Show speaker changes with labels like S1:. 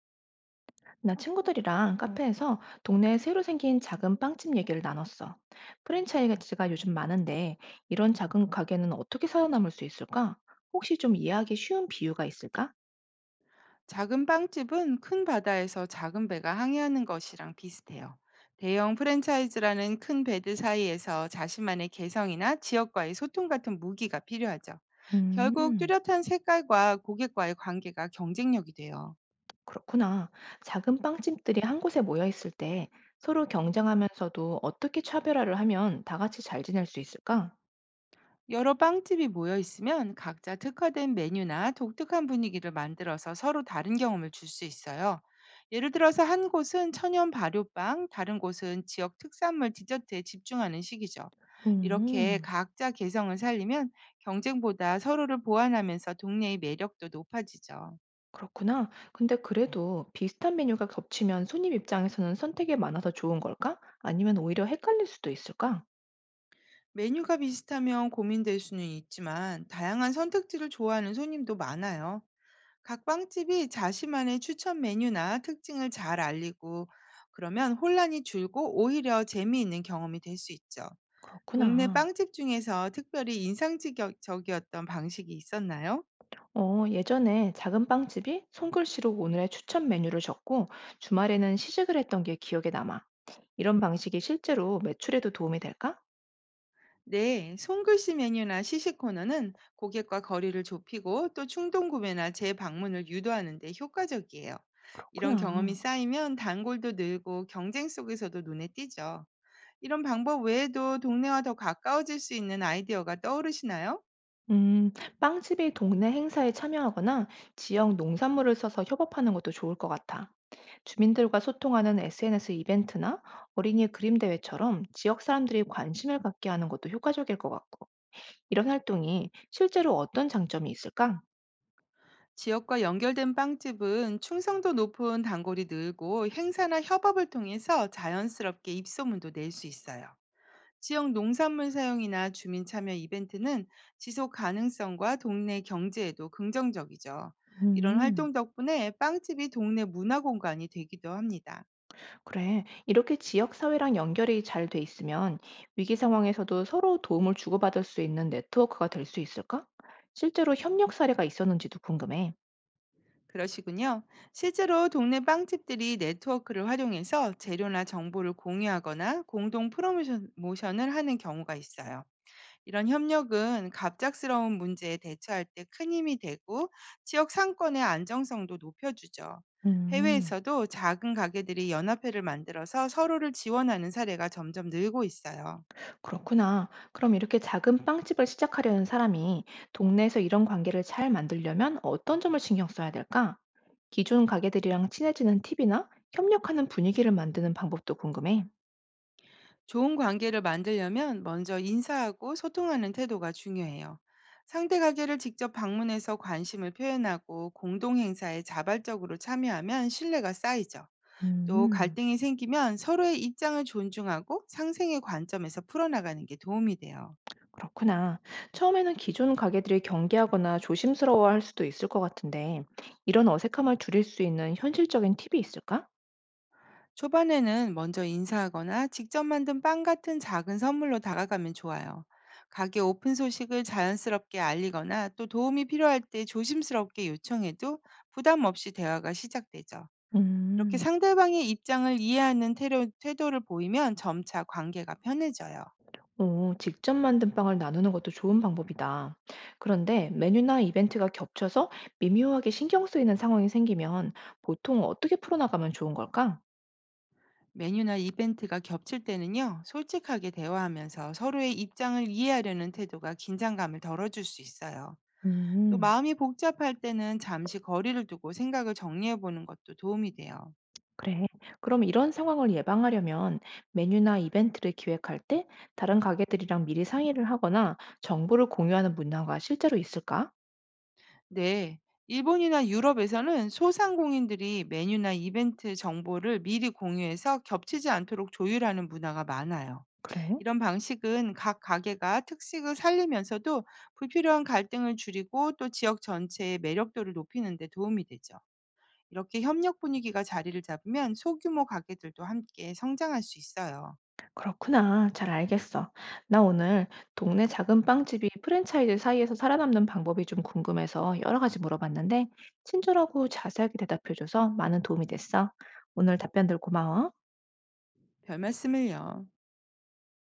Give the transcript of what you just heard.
S1: 나 친구들이랑 카페에서 동네에 새로 생긴 작은 빵집 얘기를 나눴어. 프랜차이즈가 요즘 많은데 이런 작은 가게는 어떻게 살아남을 수 있을까? 혹시 좀 이해하기 쉬운 비유가 있을까?
S2: 작은 빵집은 큰 바다에서 작은 배가 항해하는 것이랑 비슷해요. 대형 프랜차이즈라는 큰 배들 사이에서 자신만의 개성이나 지역과의 소통 같은 무기가 필요하죠. 결국
S1: 음,
S2: 뚜렷한 색깔과 고객과의 관계가 경쟁력이 돼요.
S1: 그렇구나. 작은 빵집들이 한 곳에 모여 있을 때 서로 경쟁하면서도 어떻게 차별화를 하면 다 같이 잘 지낼 수 있을까?
S2: 여러 빵집이 모여 있으면 각자 특화된 메뉴나 독특한 분위기를 만들어서 서로 다른 경험을 줄 수 있어요. 예를 들어서 한 곳은 천연 발효빵, 다른 곳은 지역 특산물 디저트에 집중하는 식이죠. 이렇게
S1: 음,
S2: 각자 개성을 살리면 경쟁보다 서로를 보완하면서 동네의 매력도 높아지죠.
S1: 그렇구나. 근데 그래도 비슷한 메뉴가 겹치면 손님 입장에서는 선택이 많아서 좋은 걸까? 아니면 오히려 헷갈릴 수도 있을까?
S2: 메뉴가 비슷하면 고민될 수는 있지만 다양한 선택지를 좋아하는 손님도 많아요. 각 빵집이 자신만의 추천 메뉴나 특징을 잘 알리고 그러면 혼란이 줄고 오히려 재미있는 경험이 될 수 있죠. 동네
S1: 그렇구나.
S2: 빵집 중에서 특별히 인상적이었던 방식이 있었나요?
S1: 예전에 작은 빵집이 손글씨로 오늘의 추천 메뉴를 적고 주말에는 시식을 했던 게 기억에 남아. 이런 방식이 실제로 매출에도 도움이 될까?
S2: 네, 손글씨 메뉴나 시식 코너는 고객과 거리를 좁히고 또 충동 구매나 재방문을 유도하는 데 효과적이에요. 이런 경험이
S1: 그렇구나.
S2: 쌓이면 단골도 늘고 경쟁 속에서도 눈에 띄죠. 이런 방법 외에도 동네와 더 가까워질 수 있는 아이디어가 떠오르시나요?
S1: 음, 빵집이 동네 행사에 참여하거나 지역 농산물을 써서 협업하는 것도 좋을 것 같아. 주민들과 소통하는 SNS 이벤트나 어린이 그림 대회처럼 지역 사람들이 관심을 갖게 하는 것도 효과적일 것 같고. 이런 활동이 실제로 어떤 장점이 있을까?
S2: 지역과 연결된 빵집은 충성도 높은 단골이 늘고 행사나 협업을 통해서 자연스럽게 입소문도 낼 수 있어요. 지역 농산물 사용이나 주민 참여 이벤트는 지속 가능성과 동네 경제에도 긍정적이죠. 이런
S1: 음.
S2: 활동 덕분에 빵집이 동네 문화 공간이 되기도 합니다.
S1: 그래. 이렇게 지역사회랑 연결이 잘 돼 있으면 위기 상황에서도 서로 도움을 주고받을 수 있는 네트워크가 될 수 있을까? 실제로 협력 사례가 있었는지도 궁금해.
S2: 그러시군요. 실제로 동네 빵집들이 네트워크를 활용해서 재료나 정보를 공유하거나 공동 모션을 하는 경우가 있어요. 이런 협력은 갑작스러운 문제에 대처할 때 큰 힘이 되고 지역 상권의 안정성도 높여주죠.
S1: 음,
S2: 해외에서도 작은 가게들이 연합회를 만들어서 서로를 지원하는 사례가 점점 늘고 있어요.
S1: 그렇구나. 그럼 이렇게 작은 빵집을 시작하려는 사람이 동네에서 이런 관계를 잘 만들려면 어떤 점을 신경 써야 될까? 기존 가게들이랑 친해지는 팁이나 협력하는 분위기를 만드는 방법도 궁금해.
S2: 좋은 관계를 만들려면 먼저 인사하고 소통하는 태도가 중요해요. 상대 가게를 직접 방문해서 관심을 표현하고 공동 행사에 자발적으로 참여하면 신뢰가 쌓이죠. 또
S1: 음.
S2: 갈등이 생기면 서로의 입장을 존중하고 상생의 관점에서 풀어나가는 게 도움이 돼요.
S1: 그렇구나. 처음에는 기존 가게들이 경계하거나 조심스러워할 수도 있을 것 같은데, 이런 어색함을 줄일 수 있는 현실적인 팁이 있을까?
S2: 초반에는 먼저 인사하거나 직접 만든 빵 같은 작은 선물로 다가가면 좋아요. 가게 오픈 소식을 자연스럽게 알리거나 또 도움이 필요할 때 조심스럽게 요청해도 부담 없이 대화가 시작되죠. 이렇게
S1: 음,
S2: 상대방의 입장을 이해하는 태도를 보이면 점차 관계가 편해져요.
S1: 오, 직접 만든 빵을 나누는 것도 좋은 방법이다. 그런데 메뉴나 이벤트가 겹쳐서 미묘하게 신경 쓰이는 상황이 생기면 보통 어떻게 풀어나가면 좋은 걸까?
S2: 메뉴나 이벤트가 겹칠 때는요, 솔직하게 대화하면서 서로의 입장을 이해하려는 태도가 긴장감을 덜어줄 수 있어요. 또
S1: 음.
S2: 마음이 복잡할 때는 잠시 거리를 두고 생각을 정리해보는 것도 도움이 돼요.
S1: 그래. 그럼 이런 상황을 예방하려면 메뉴나 이벤트를 기획할 때 다른 가게들이랑 미리 상의를 하거나 정보를 공유하는 문화가 실제로 있을까?
S2: 네. 일본이나 유럽에서는 소상공인들이 메뉴나 이벤트 정보를 미리 공유해서 겹치지 않도록 조율하는 문화가 많아요.
S1: 그래?
S2: 이런 방식은 각 가게가 특색을 살리면서도 불필요한 갈등을 줄이고 또 지역 전체의 매력도를 높이는 데 도움이 되죠. 이렇게 협력 분위기가 자리를 잡으면 소규모 가게들도 함께 성장할 수 있어요.
S1: 그렇구나. 잘 알겠어. 나 오늘 동네 작은 빵집이 프랜차이즈 사이에서 살아남는 방법이 좀 궁금해서 여러 가지 물어봤는데, 친절하고 자세하게 대답해줘서 많은 도움이 됐어. 오늘 답변들 고마워.
S2: 별 말씀을요.